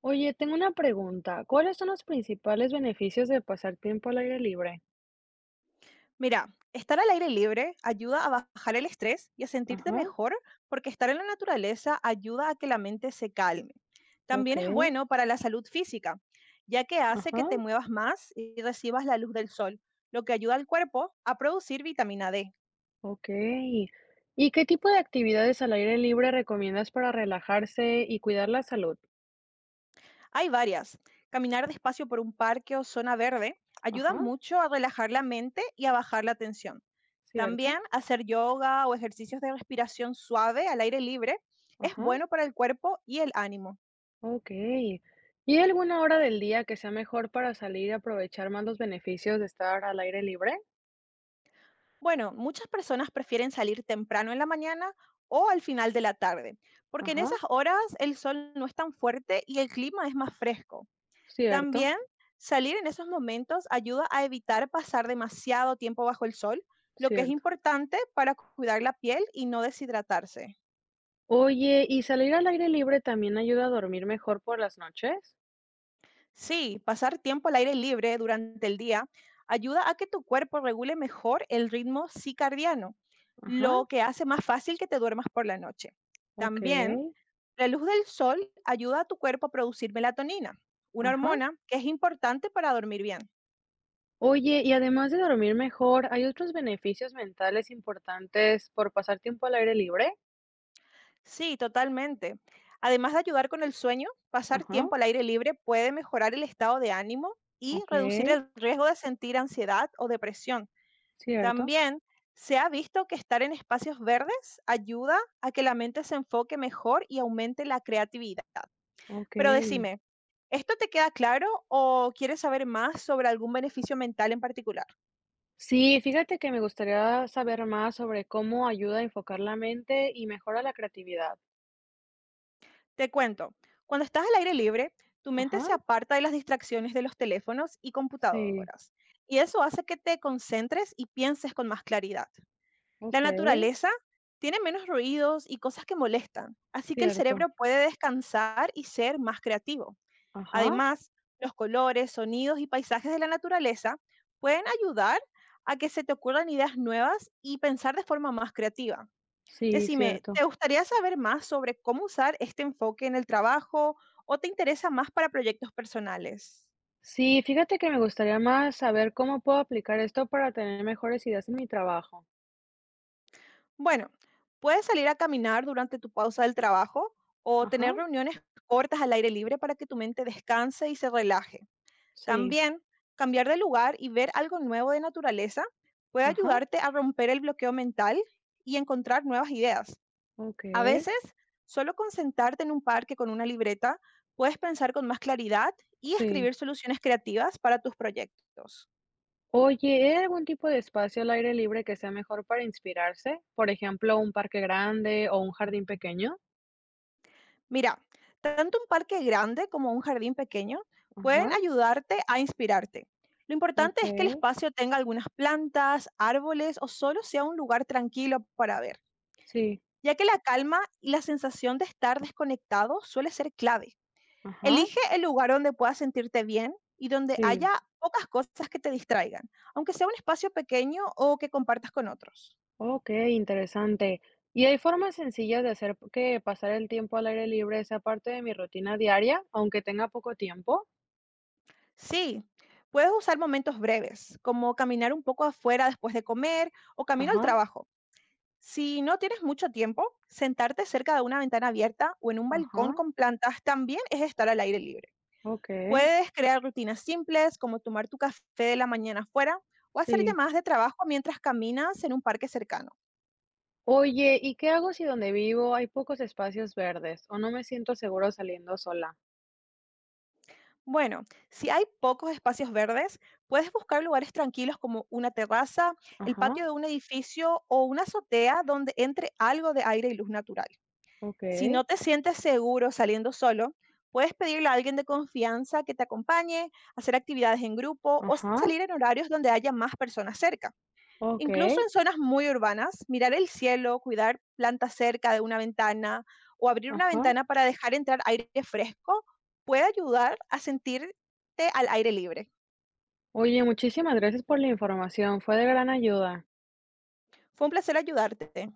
Oye, tengo una pregunta. ¿Cuáles son los principales beneficios de pasar tiempo al aire libre? Mira, estar al aire libre ayuda a bajar el estrés y a sentirte Ajá, mejor porque estar en la naturaleza ayuda a que la mente se calme. ok, También es bueno para la salud física, ya que hace ajá, que te muevas más y recibas la luz del sol, lo que ayuda al cuerpo a producir vitamina D. ok. ¿Y qué tipo de actividades al aire libre recomiendas para relajarse y cuidar la salud? Hay varias. Caminar despacio por un parque o zona verde ayuda Ajá, mucho a relajar la mente y a bajar la tensión. cierto, También hacer yoga o ejercicios de respiración suave al aire libre es ajá, bueno para el cuerpo y el ánimo. ok. ¿Y hay alguna hora del día que sea mejor para salir y aprovechar más los beneficios de estar al aire libre? Bueno, muchas personas prefieren salir temprano en la mañana o al final de la tarde, porque en Ajá, esas horas el sol no es tan fuerte y el clima es más fresco. cierto, También, salir en esos momentos ayuda a evitar pasar demasiado tiempo bajo el sol, lo que es cierto. importante para cuidar la piel y no deshidratarse. Oye, ¿y salir al aire libre también ayuda a dormir mejor por las noches? Sí, pasar tiempo al aire libre durante el día ayuda a que tu cuerpo regule mejor el ritmo circadiano, Ajá. lo que hace más fácil que te duermas por la noche. Okey, También, la luz del sol ayuda a tu cuerpo a producir melatonina, una ajá. hormona que es importante para dormir bien. Oye, y además de dormir mejor, ¿hay otros beneficios mentales importantes por pasar tiempo al aire libre? Sí, totalmente. Además de ayudar con el sueño, pasar Ajá, tiempo al aire libre puede mejorar el estado de ánimo y reducir okey, el riesgo de sentir ansiedad o depresión. cierto, También, se ha visto que estar en espacios verdes ayuda a que la mente se enfoque mejor y aumente la creatividad. Pero okey. decime, ¿esto te queda claro o quieres saber más sobre algún beneficio mental en particular? Sí, fíjate que me gustaría saber más sobre cómo ayuda a enfocar la mente y mejora la creatividad. Te cuento, cuando estás al aire libre, tu mente Ajá, se aparta de las distracciones de los teléfonos y sí, computadoras, y eso hace que te concentres y pienses con más claridad. La okey, naturaleza tiene menos ruidos y cosas que molestan, así que el cierto. cerebro puede descansar y ser más creativo. Ajá, Además, los colores, sonidos y paisajes de la naturaleza pueden ayudar a que se te ocurran ideas nuevas y pensar de forma más creativa. sí, Decime, cierto. ¿te gustaría saber más sobre cómo usar este enfoque en el trabajo o te interesa más para proyectos personales? Sí, fíjate que me gustaría más saber cómo puedo aplicar esto para tener mejores ideas en mi trabajo. Bueno, puedes salir a caminar durante tu pausa del trabajo o Ajá, tener reuniones cortas al aire libre para que tu mente descanse y se relaje. sí, También, cambiar de lugar y ver algo nuevo de naturaleza puede ajá. ayudarte a romper el bloqueo mental y encontrar nuevas ideas. A Okey, veces, solo con sentarte en un parque con una libreta, puedes pensar con más claridad y sí. escribir soluciones creativas para tus proyectos. Oye, ¿hay algún tipo de espacio al aire libre que sea mejor para inspirarse? Por ejemplo, un parque grande o un jardín pequeño. Mira, tanto un parque grande como un jardín pequeño pueden Ajá, ayudarte a inspirarte. Lo importante es que el okey, espacio tenga algunas plantas, árboles o solo sea un lugar tranquilo para ver, sí, ya que la calma y la sensación de estar desconectado suele ser clave. ajá, Elige el lugar donde puedas sentirte bien y donde sí, haya pocas cosas que te distraigan, aunque sea un espacio pequeño o que compartas con otros. okey, interesante. ¿Y hay formas sencillas de hacer que pasar el tiempo al aire libre sea parte de mi rutina diaria, aunque tenga poco tiempo? Sí, puedes usar momentos breves, como caminar un poco afuera después de comer o camino al Ajá, trabajo. Si no tienes mucho tiempo, sentarte cerca de una ventana abierta o en un balcón ajá, con plantas también es estar al aire libre. okey, Puedes crear rutinas simples como tomar tu café de la mañana afuera o hacer sí. llamadas de trabajo mientras caminas en un parque cercano. Oye, ¿y qué hago si donde vivo hay pocos espacios verdes o no me siento seguro saliendo sola? Bueno, si hay pocos espacios verdes, puedes buscar lugares tranquilos como una terraza, el Ajá. patio de un edificio o una azotea donde entre algo de aire y luz natural. Si Okey, no te sientes seguro saliendo solo, puedes pedirle a alguien de confianza que te acompañe, hacer actividades en grupo o ajá, salir en horarios donde haya más personas cerca. Incluso okey, en zonas muy urbanas, mirar el cielo, cuidar plantas cerca de una ventana o abrir una ajá. ventana para dejar entrar aire fresco puede ayudar a sentirte al aire libre. Oye, muchísimas gracias por la información, fue de gran ayuda. Fue un placer ayudarte.